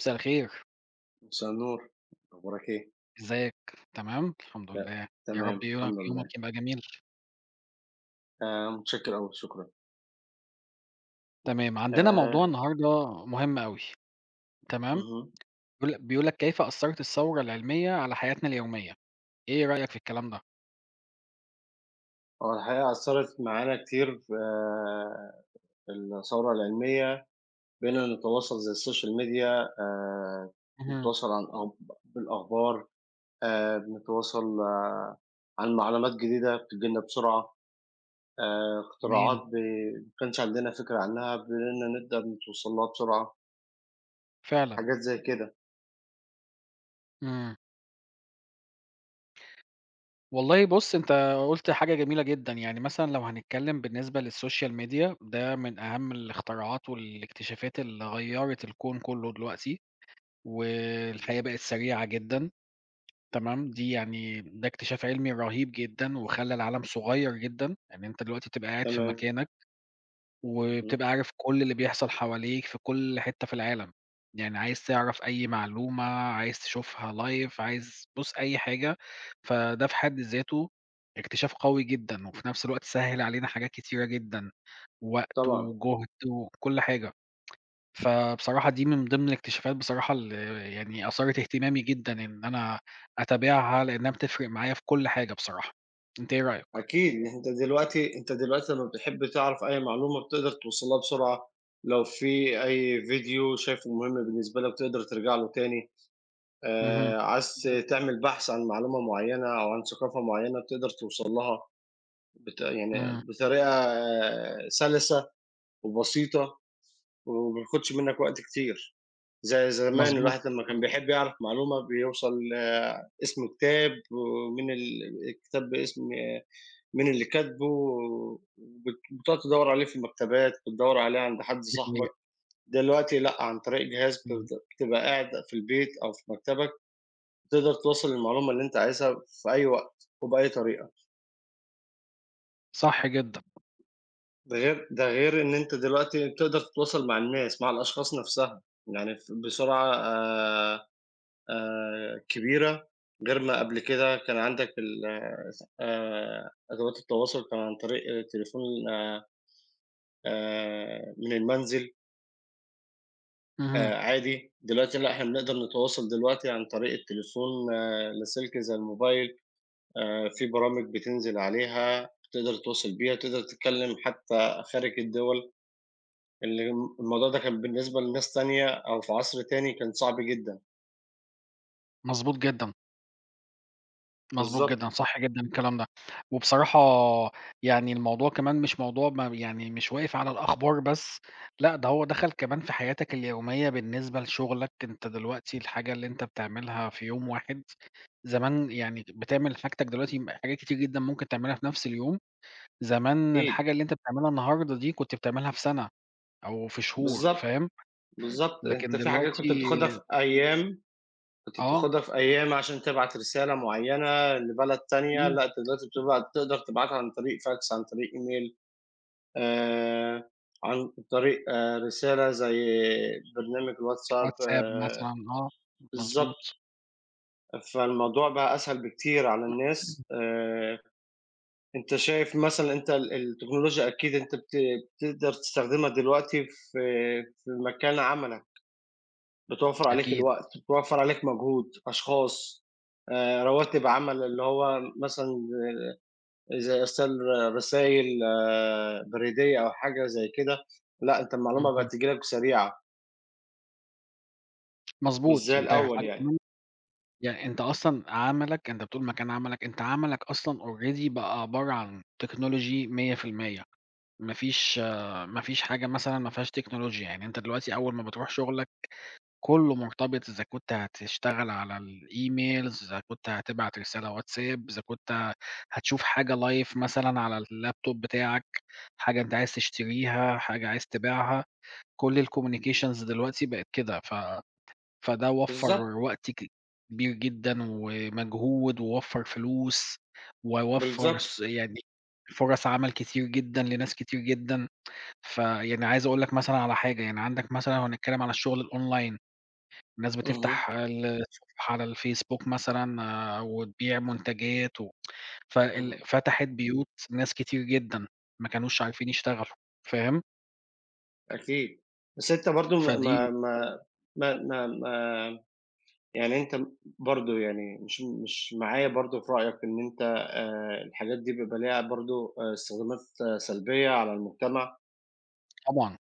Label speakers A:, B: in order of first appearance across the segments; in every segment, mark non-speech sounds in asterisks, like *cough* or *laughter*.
A: مساء الخير،
B: مساء النور، أخبارك إيه؟
A: إزيك؟ تمام؟ الحمد
B: ت
A: لله، يا
B: تمام
A: رب يومك
B: الحمد لله،
A: يومك يبقى جميل،
B: متشكر أوي شكرًا.
A: تمام، عندنا
B: آآ
A: موضوع النهارده مهم أوي، تمام،
B: اهم.
A: بيقول لك كيف أثّرت الثورة العلمية على حياتنا اليومية، إيه رأيك في الكلام ده؟
B: هو الحقيقة أثّرت معانا كتير في الثورة العلمية، بقينا نتواصل زي السوشيال ميديا
A: اهم،
B: نتواصل عن أخب بالأخبار، بنتواصل عن معلومات جديدة بتيجي لنا بسرعة، اختراعات
A: تمام،
B: ب ما كانش عندنا فكرة عنها، بقينا نقدر نتوصل لها بسرعة،
A: فعلًا،
B: حاجات زي كده.
A: إمم، والله بُص أنت قُلت حاجة جميلة جدًا، يعني مثلًا لو هنتكلم بالنسبة للسوشيال ميديا ده من أهم الاختراعات والاكتشافات اللي غيّرت الكون كلّه دلوقتي، والحياة
B: اهم،
A: بقت سريعة جدًا. تمام، دي يعني ده اكتشاف علمي رهيب جدًا، وخلّى العالم صغيّر جدًا، يعني أنت دلوقتي بتبقى قاعد في
B: تمام،
A: مكانك،
B: اهم،
A: وبتبقى عارف كل اللي بيحصل حواليك في كل حتّة في العالم، يعني عايز تعرف أي معلومة، عايز تشوفها live، عايز بُص أي حاجة، فده في حد ذاته اكتشاف قوي جدًا، وفي نفس الوقت سهّل علينا حاجات كتيرة جدًا، وقت
B: طبعًا.
A: وجهد وكل حاجة. فبصراحة دي من ضمن الاكتشافات بصراحة اللي يعني أثارت اهتمامي جدًا إن أنا أتابعها، لإنها بتفرق معايا في كل حاجة بصراحة. أنتِ إيه رأيك؟
B: أكيد، يعني أنت دلوقتي لمّا بتحب تعرف أي معلومة بتقدر توصل لها بسرعة، لو في أي فيديو شايفه مهم بالنسبة لك تقدر ترجع له تاني،
A: اهم،
B: عايز تعمل بحث عن معلومة معيّنة أو عن ثقافة معيّنة بتقدر توصل لها يعني
A: إمم،
B: بطريقة، سلسة وبسيطة وما بياخدش منّك وقت كتير. زي زمان
A: مضبوط،
B: الواحد لمّا كان بيحب يعرف معلومة بيوصل، اسم كتاب ومين الكتاب باسم، مين اللي كاتبه، بتقعد تدوّر عليه في المكتبات، بتدوّر عليه عند حد
A: دي
B: صاحبك،
A: حقيقة،
B: دلوقتي لأ، عن طريق جهاز.
A: إمم،
B: بتبقى قاعد في البيت أو في مكتبك، تقدر توصل المعلومة اللي أنت عايزها في أي وقت وبأي طريقة،
A: صح جدًا،
B: ده غير إن أنت دلوقتي تقدر تتواصل مع الناس، مع الأشخاص نَفْسها، يعني بسرعة كبيرة، غير ما قبل كده كان عندك ال أدوات التواصل كان عن طريق تليفون آآ من المنزل
A: اهم،
B: عادي، دلوقتي لأ، إحنا بنقدر نتواصل دلوقتي عن طريق التليفون، لاسلكي زي الموبايل، في برامج بتنزل عليها تقدر تتواصل بيها، تقدر تتكلّم حتى خارج الدول، اللي م الموضوع ده كان بالنسبة لناس تانية أو في عصر تاني كان صعب جدًا.
A: مضبوط جدًا. مضبوط
B: بالضبط،
A: جدًا، صح جدًا الكلام ده. وبصراحة يعني الموضوع كمان مش موضوع ما يعني مش واقف على الأخبار بس، لأ ده هو دخل كمان في حياتك اليومية بالنسبة لشغلك، أنت دلوقتي الحاجة اللي أنت بتعملها في يوم واحد زمان يعني بتعمل حاجتك دلوقتي حاجات كتير جدًا ممكن تعملها في نفس اليوم، زمان
B: أكيد.
A: الحاجة اللي أنت بتعملها النهارده دي كنت بتعملها في سنة أو في شهور
B: بالضبط،
A: فاهم،
B: بالضبط.
A: لكن
B: أنت في حاجات كنت
A: دلوقتي
B: بتاخدها في أيام كنت
A: آه،
B: بتاخدها في أيام عشان تبعت رسالة معيّنة لبلد تانية،
A: إمم،
B: لأ أنت دلوقتي تقدر تبعتها عن طريق فاكس، عن طريق إيميل، آآ، عن طريق رسالة زي برنامج الواتساب
A: واتساب مثلًا آه،
B: بالضبط،
A: مضبوط،
B: فالموضوع بقى أسهل بكتير على الناس. أنت شايف مثلًا أنت التكنولوجيا أكيد أنت بتقدر تستخدمها دلوقتي في مكان عملك. بتوفّر عليك
A: أكيد،
B: الوقت، بتوفّر عليك مجهود، أشخاص، رواتب عمل اللي هو مثلًا زي إرسال رسايل، بريدية أو حاجة زي كده، لأ أنت المعلومة
A: اهم.
B: بقت تيجي لك سريعة، مش
A: مضبوط،
B: زي
A: أنت
B: الأول
A: حاجة
B: يعني.
A: كمان يعني أنت أصلًا عملك أنت بتقول مكان عملك، أنت عملك أصلًا already بقى عبارة عن تكنولوجي 100%. ما فيش ما فيش حاجة مثلًا ما فيهاش تكنولوجيا، يعني أنت دلوقتي أول ما بتروح شغلك كلّه مرتبط إذا كنت هتشتغل على الإيميلز، إذا كنت هتبعت رسالة واتساب، إذا كنت هتشوف حاجة live مثلًا على اللابتوب بتاعك، حاجة أنت عايز تشتريها، حاجة عايز تبيعها، كل الcommunications دلوقتي بقت كده ف فده وفّر
B: بالضبط،
A: وقت ك كبير جدًا ومجهود، ووفّر فلوس، ووفّر س
B: بالضبط.
A: يعني فرص عمل كتير جدًا لناس كتير جدًا، فيعني عايز أقول لك مثلًا على حاجة، يعني عندك مثلًا لو هنتكلم على الشغل الأونلاين، الناس
B: اهم،
A: بتفتح الصفحة على الفيسبوك مثلًا آه، وتبيع منتجات و فال
B: اهم،
A: فتحت بيوت ناس كتير جدًا، ما كانوش عارفين يشتغلوا، فاهم؟
B: أكيد. بس أنت برضه م
A: فدي
B: ما ما ما ما ما يعني أنت برضه يعني مش معايا برضه في رأيك إن أنت الحاجات دي بيبقى ليها برضه استخدامات، سلبية على المجتمع؟
A: طبعًا،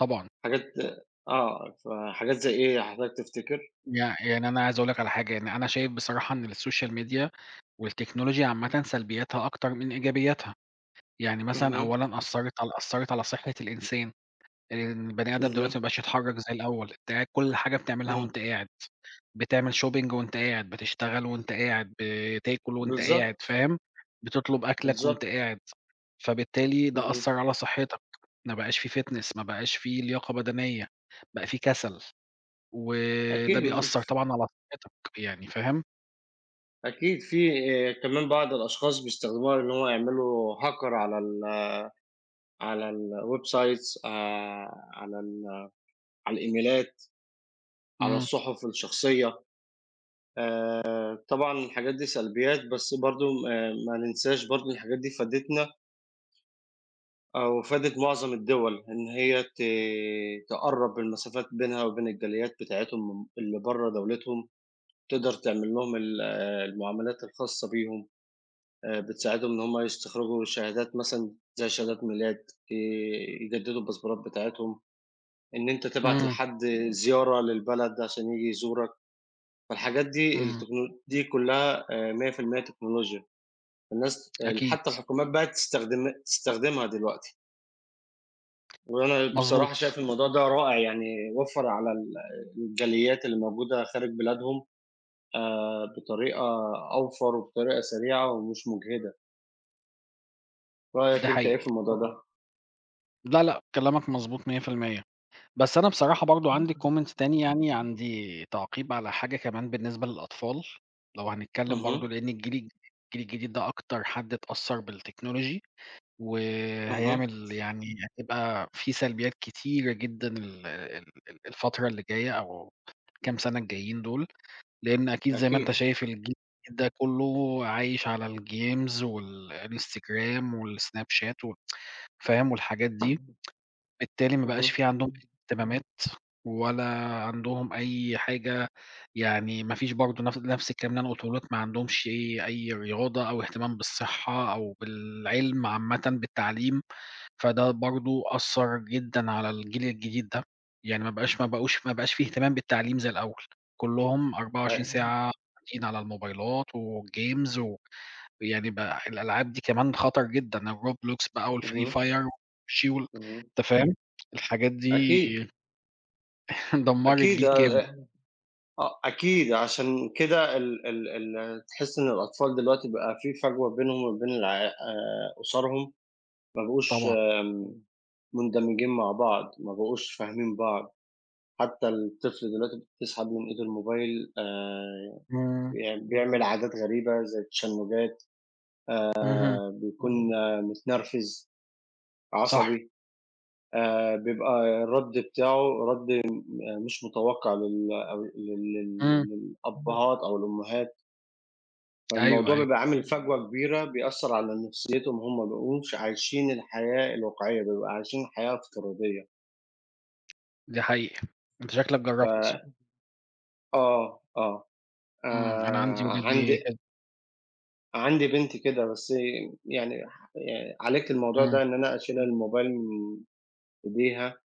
A: طبعًا.
B: حاجات آه، فحاجات زي إيه حضرتك تفتكر؟
A: يعني أنا عايز أقول لك على حاجة، يعني أنا شايف بصراحة إن السوشيال ميديا والتكنولوجيا عامةً سلبياتها أكتر من إيجابياتها، يعني مثلًا
B: اهم،
A: أولًا أثّرت على صحة الإنسان، لإن البني آدم دلوقتي ما
B: اهم،
A: بقاش يتحرك زي الأول، أنت قاعد كل حاجة بتعملها
B: إمم،
A: وأنت قاعد، بتعمل shopping وأنت قاعد، بتشتغل وأنت قاعد، بتاكل وأنت قاعد،
B: بالضبط،
A: فاهم، بتطلب أكلك وأنت
B: بالضبط،
A: قاعد، فبالتالي ده
B: اهم،
A: أثّر على صحتك، ما بقاش في fitness ما بقاش في لياقة بدنية، بقى في كسل. وده
B: أكيد
A: بيأثّر طبعًا على صحتك يعني فاهم؟
B: أكيد في، كمان بعض الأشخاص بيستخدموها إن هو يعملوا hacker على الwebsites، على الإيميلات، على
A: إمم،
B: الصحف الشخصية، طبعًا الحاجات دي سلبيات بس برضه، ما ننساش برضه الحاجات دي فادتنا، وفادت معظم الدول إن هي تقرّب المسافات بينها وبين الجاليات بتاعتهم اللي برّه دولتهم، تقدر تعمل لهم ال آه، المعاملات الخاصة بيهم، بتساعدهم إن هم يستخرجوا شهادات مثلًا زي شهادات ميلاد، ي يجددوا الباسبورات بتاعتهم، إن أنت تبعت
A: إمم،
B: لحد زيارة للبلد عشان ييجي يزورك، فالحاجات دي
A: إمم،
B: التكنو دي كلها، 100% تكنولوجيا، الناس
A: أكيد،
B: حتى الحكومات بقت تستخدمها دلوقتي. وأنا بصراحة
A: مضبوط،
B: شايف الموضوع ده رائع، يعني وفّر على الجاليات اللي موجودة خارج بلادهم بطريقة أوفر وبطريقة سريعة ومش مُجهدة،
A: ده
B: رأيك أنت إيه
A: حقيقي.
B: في الموضوع طبعًا. ده؟
A: لا، لأ، كلامك مضبوط 100%. بس أنا بصراحة برضه عندي comment تاني يعني، عندي تعقيب على حاجة كمان بالنسبة للأطفال، لو هنتكلّم برضه
B: اهم،
A: لإن الجيل الجديد ده أكتر حد اتأثّر بالتكنولوجي،
B: اهم،
A: وهيعمل يعني هتبقى في سلبيات كتيرة جدًا ال ال ال الفترة اللي جاية أو كام سَنة الجايين دول. لإن أكيد زي ما أنت
B: أكيد،
A: شايف الجيل ده كُلّه عايش على الجيمز والإنستجرام والسناب شات و فاهم، والحاجات دي، بالتالي ما بقاش
B: اهم،
A: في عندهم اهتمامات ولا عندهم أي حاجة يعني ما فيش برضه نفس الكلام اللي أنا قُلته لك، ما عندهمش أي رياضة أو اهتمام بالصحة أو بالعلم عامةً، بالتعليم. فده برضه أثّر جدًا على الجيل الجديد ده، يعني ما بقاش في اهتمام بالتعليم زي الأول، كلّهم 24
B: أ
A: ساعة قاعدين على الموبايلات والgames و يعني بقى الألعاب دي كمان خطر جدًا الRoblox بقى والFree
B: اهم،
A: Fire والPUBG وال
B: اهم،
A: أنت فاهم؟ الحاجات دي
B: أكيد،
A: *laughs* دمّرت
B: أكيد،
A: جيل كامل
B: أكيد عشان كده ال ال ال تحس إن الأطفال دلوقتي بقى في فجوة بينهم وبين الع أسرهم، ما بقوش
A: طبعًا.
B: آمم مندمجين مع بعض، ما بقوش فاهمين بعض. حتى الطفل دلوقتي بتسحب من إيده الموبايل،
A: إمم،
B: بيعمل عادات غريبة زي التشنجات،
A: اهم،
B: بيكون متنرفز،
A: صح،
B: عصبي، بيبقى الرَد بتاعه رَد مش متوقّع لل أو لل لل
A: إمم،
B: إمم. للأبهات أو الأمهات،
A: أيوه،
B: فالموضوع
A: أيوه،
B: بيبقى عامل فجوة كبيرة بيأثّر على نفسيتهم هم، ما بيبقوش عايشين الحياة الواقعية، بيبقوا عايشين حياة افتراضية.
A: دي حقيقة. أنت شكلك
B: ف
A: جرّبت.
B: آه، آه. آآ
A: إمم، أنا عندي ولادي
B: عندي
A: كده.
B: عندي بنتي كده، بس يعني ح يعني عالجت الموضوع
A: إمم،
B: ده إن أنا أشيلها الموبايل من إيديها،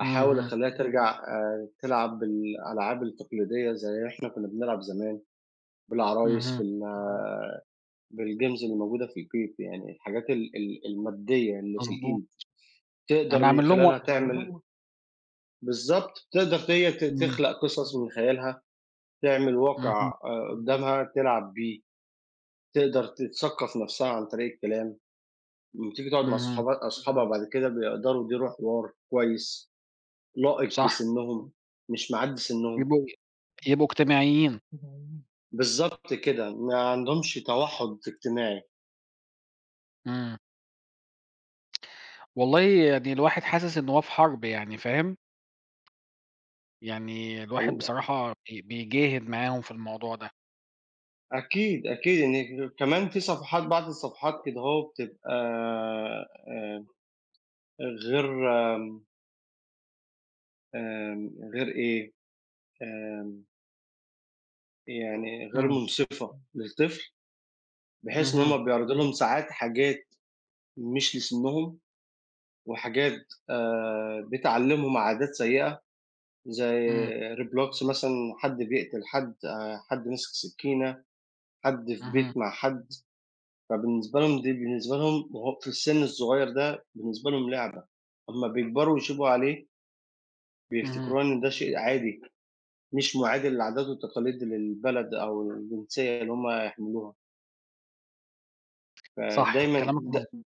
B: أحاول
A: اهم،
B: أخلّيها ترجع تلعب بالألعاب التقليدية زي إحنا كُنّا بنلعب زمان، بالعرايس،
A: اهم،
B: بالgames اللي موجودة في البيت، يعني الحاجات ال ال المادية اللي في
A: مضبوط.
B: الإيد، تقدر
A: أنا
B: من
A: أعمل لهم وق
B: خلالها تعمل. بالضبط، تقدر هي
A: إمم،
B: تخلق قصص من خيالها، تعمل
A: اهم،
B: واقع قدّامها تلعب بيه، تقدر تتثقّف نَفْسها عن طريق الكلام. لمّا تيجي تقعد مع
A: اهم،
B: أصحابها بعد كده بيقدروا يديروا حوار كويس، لائق
A: صح،
B: بسنّهم، مش معدّي سنّهم.
A: يبقوا يبقوا اجتماعيين،
B: *unintelligible* إمم. بالضبط كده، ما عندهمش توحُّد اجتماعي.
A: إمم، والله يعني الواحد حاسس إن هو في حرب يعني فاهم، يعني الواحد
B: والل
A: بصراحة بيجاهد معاهم في الموضوع ده،
B: أكيد، أكيد إن كمان في بعض الصفحات كده أهو بتبقى آآ غير آمم غير إيه، آمم يعني غير
A: إمم،
B: مُنصِفة للطفل، بحيث إن
A: اهم،
B: هم بيعرضوا لهم ساعات حاجات مش لسنّهم وحاجات بتعلّمهم عادات سيئة زي
A: إمم،
B: Roblox مثلًا حد بيقتل حد، حد ماسك سكينة، حد في
A: اهم،
B: بيت مع حد، فبالنسبة لهم دي بالنسبة لهم وهو في السن الصغير ده بالنسبة لهم لعبة، أمّا بيكبروا ويشوفوا عليه
A: اهم،
B: بيفتكروها إن ده شيء عادي، مش معادل للعادات والتقاليد للبلد أو الجنسية اللي هم يحملوها،
A: صح
B: فدايمًا
A: كلامك
B: د
A: مضبوط،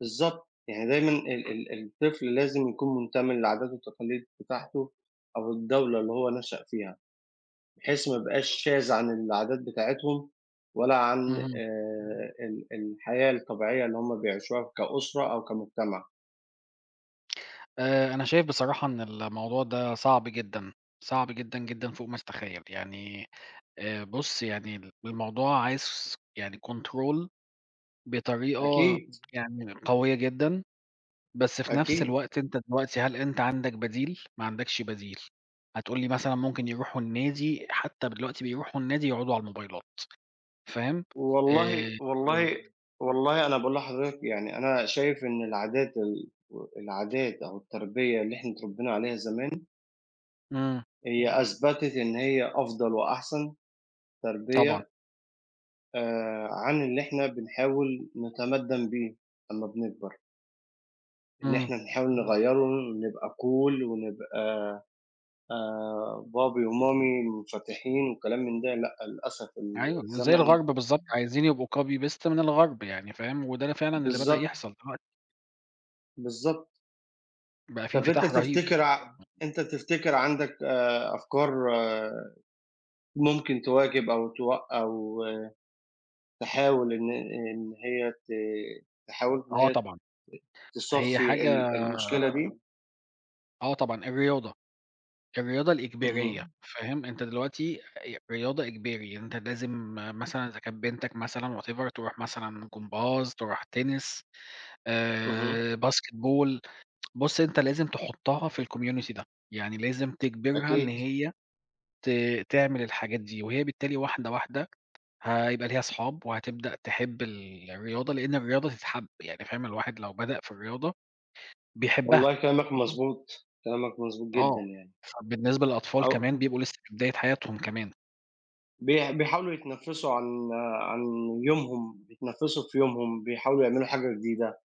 B: بالضبط، يعني دايمًا ال ال الطفل لازم يكون منتمي للعادات والتقاليد بتاعته أو الدولة اللي هو نشأ فيها. بحيث ما يبقاش شاذ عن العادات بتاعتهم ولا عن
A: اهم،
B: ال الحياة الطبيعية اللي هم بيعيشوها كأسرة أو كمجتمع.
A: أنا شايف بصراحة إن الموضوع ده صعب جدًا، صعب جدًا، جدًا فوق ما تتخيل، يعني بُص يعني الموضوع عايز يعني control بطريقة
B: أكيد،
A: يعني قوية جدًا. بس في نفس
B: أكيد.
A: الوقت أنت دلوقتي هل أنت عندك بديل؟ ما عندكش بديل. هتقول لي مثلًا ممكن يروحوا النادي، حتى دلوقتي بيروحوا النادي يقعدوا على الموبايلات، فاهم؟
B: والله
A: آآ
B: والله والله أنا باقول لحضرتك يعني أنا شايف إن العادات أو التربية اللي إحنا اتربينا عليها زمان،
A: إمم،
B: هي أثبتت إن هي أفضل وأحسن
A: طبعًا،
B: تربية عن اللي إحنا بنحاول نتمدّن بيه لمّا بنكبر، إن
A: إمم،
B: إحنا نحاول نغيّره ونبقى cool ونبقى بابي ومامي منفتحين وكلام من ده، لأ، للأسف
A: أيوه، زي
B: الزمن
A: الغرب بالضبط، عايزين يبقوا copy paste من الغرب يعني فاهم، وده فعلًا اللي بدأ
B: بالضبط،
A: يحصل دلوقتي،
B: بالضبط.
A: بقى في
B: طَب
A: انفتاح رهيب.
B: أنت تفتكر عندك أفكار آه، ممكن تواكب أو توق أو آه، تحاول إن إن هي ت تحاول إن
A: آه
B: هي
A: طبعًا، هي
B: تصفّي
A: حاجة
B: ال المشكلة دي؟
A: آه طبعًا، الرياضة. الرياضة الإجبارية،
B: اهم،
A: فاهم؟ أنت دلوقتي رياضة إجباري، أنت لازم مثلًا إذا كانت بنتك مثلًا whatever تروح مثلًا جمباز، تروح تنس،
B: اهم،
A: باسكتبول، بُص أنت لازم تحطها في الcommunity ده، يعني لازم تجبرها إن
B: أكيد.
A: هي ت تعمل الحاجات دي، وهي بالتالي واحدة واحدة هيبقى ليها أصحاب، وهتبدأ تحب الرياضة، لأن الرياضة تتحب، يعني فاهم؟ الواحد لو بدأ في الرياضة بيحبها،
B: والله كلامك مضبوط، كلامك مضبوط
A: آه،
B: جدًا يعني.
A: فبالنسبة للأطفال
B: أو
A: كمان بيبقوا لسه في بداية حياتهم كمان،
B: بي بيحاولوا يتنفّسوا عن يومهم، بيتنفّسوا في يومهم، بيحاولوا يعملوا حاجة جديدة،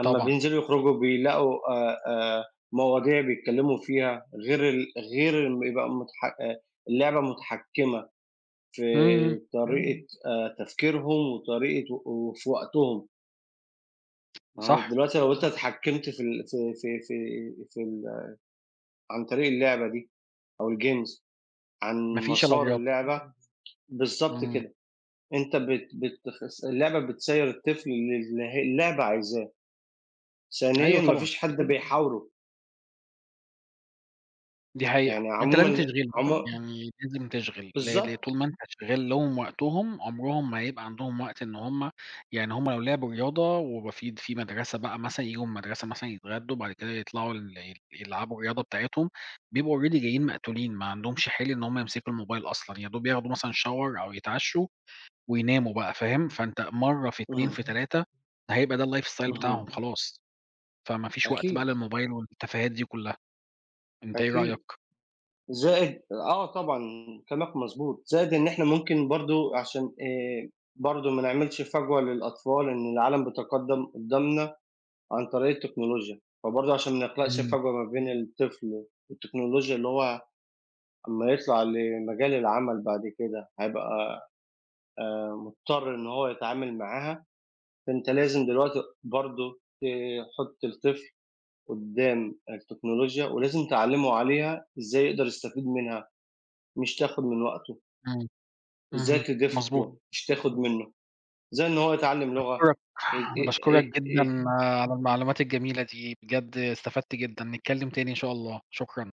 B: أمّا
A: طبعًا.
B: بينزلوا يخرجوا بيلاقوا مواضيع بيتكلّموا فيها غير ال غير م يبقى متح اللعبة متحكّمة في
A: إمم، إمم،
B: طريقة إمم. تفكيرهم وطريقة وفي وقتهم، ما هو
A: صح،
B: دلوقتي لو أنت اتحكّمت في ال في في في في ال عن طريق اللعبة دي أو الgames عن
A: ما فيش إلا
B: مسار
A: الرياضة،
B: اللعبة، بالضبط
A: إمم،
B: كده. أنت بتخس اللعبة بتسيّر الطفل للي هي اللعبة عايزاه، ثانيًا
A: أيوه
B: ما
A: طبعًا،
B: فيش حد بيحاوره،
A: دي حقيقة،
B: يعني
A: أنت لازم
B: عمومًا
A: تشغِلهم،
B: عمو
A: يعني لازم تشغِل، ل ل
B: بالضبط،
A: طول ما أنت شاغل لهم وقتهم عمرهم ما هيبقى عندهم وقت إن هم يعني هم لو لعبوا رياضة ويبقى في في مدرسة بقى مثلًا، ييجوا من المدرسة مثلًا يتغدوا بعد كده يطلعوا ال يلعبوا الرياضة بتاعتهم، بيبقوا already جايين مقتولين، ما عندهمش حِيل إن هم يمسكوا الموبايل أصلًا، يا دوب ياخدوا مثلًا shower أو يتعشّوا ويناموا بقى، فاهم؟ فأنت مرّة في 2 في
B: اهم،
A: 3 هيبقى ده الlife style بتاعهم
B: اهم،
A: خلاص. فما فيش وقت بقى
B: أكيد،
A: للموبايل والتفاهات دي كلّها، أنت إيه رأيك؟
B: أكيد، زائد طبعًا كلامك مضبوط، زائد إن إحنا ممكن برضه عشان برضه ما نعملش فجوة للأطفال إن العالم بيتقدّم قدّامنا عن طريق التكنولوجيا، فبرضه عشان ما نخلقش
A: إمم،
B: فجوة ما بين الطفل والتكنولوجيا اللي هو أمّا يطلع لمجال العمل بعد كده هيبقى اضطر إن هو يتعامل معاها، فأنت لازم دلوقتي برضه تحُط الطفل قدّام التكنولوجيا ولازم تعلّمه عليها إزاي يقدر يستفيد منها، مش تاخُد من وقته،
A: إمم،
B: إزاي
A: اهم،
B: تضيف
A: مضبوط،
B: له مش تاخُد منه، إزاي إن هو يتعلّم لغة،
A: باشكرك،
B: ي ي
A: باشكرك
B: ي ي
A: جدًا على المعلومات الجميلة دي، بجد استفدت جدًا، نتكلم تاني إن شاء الله، شكرًا.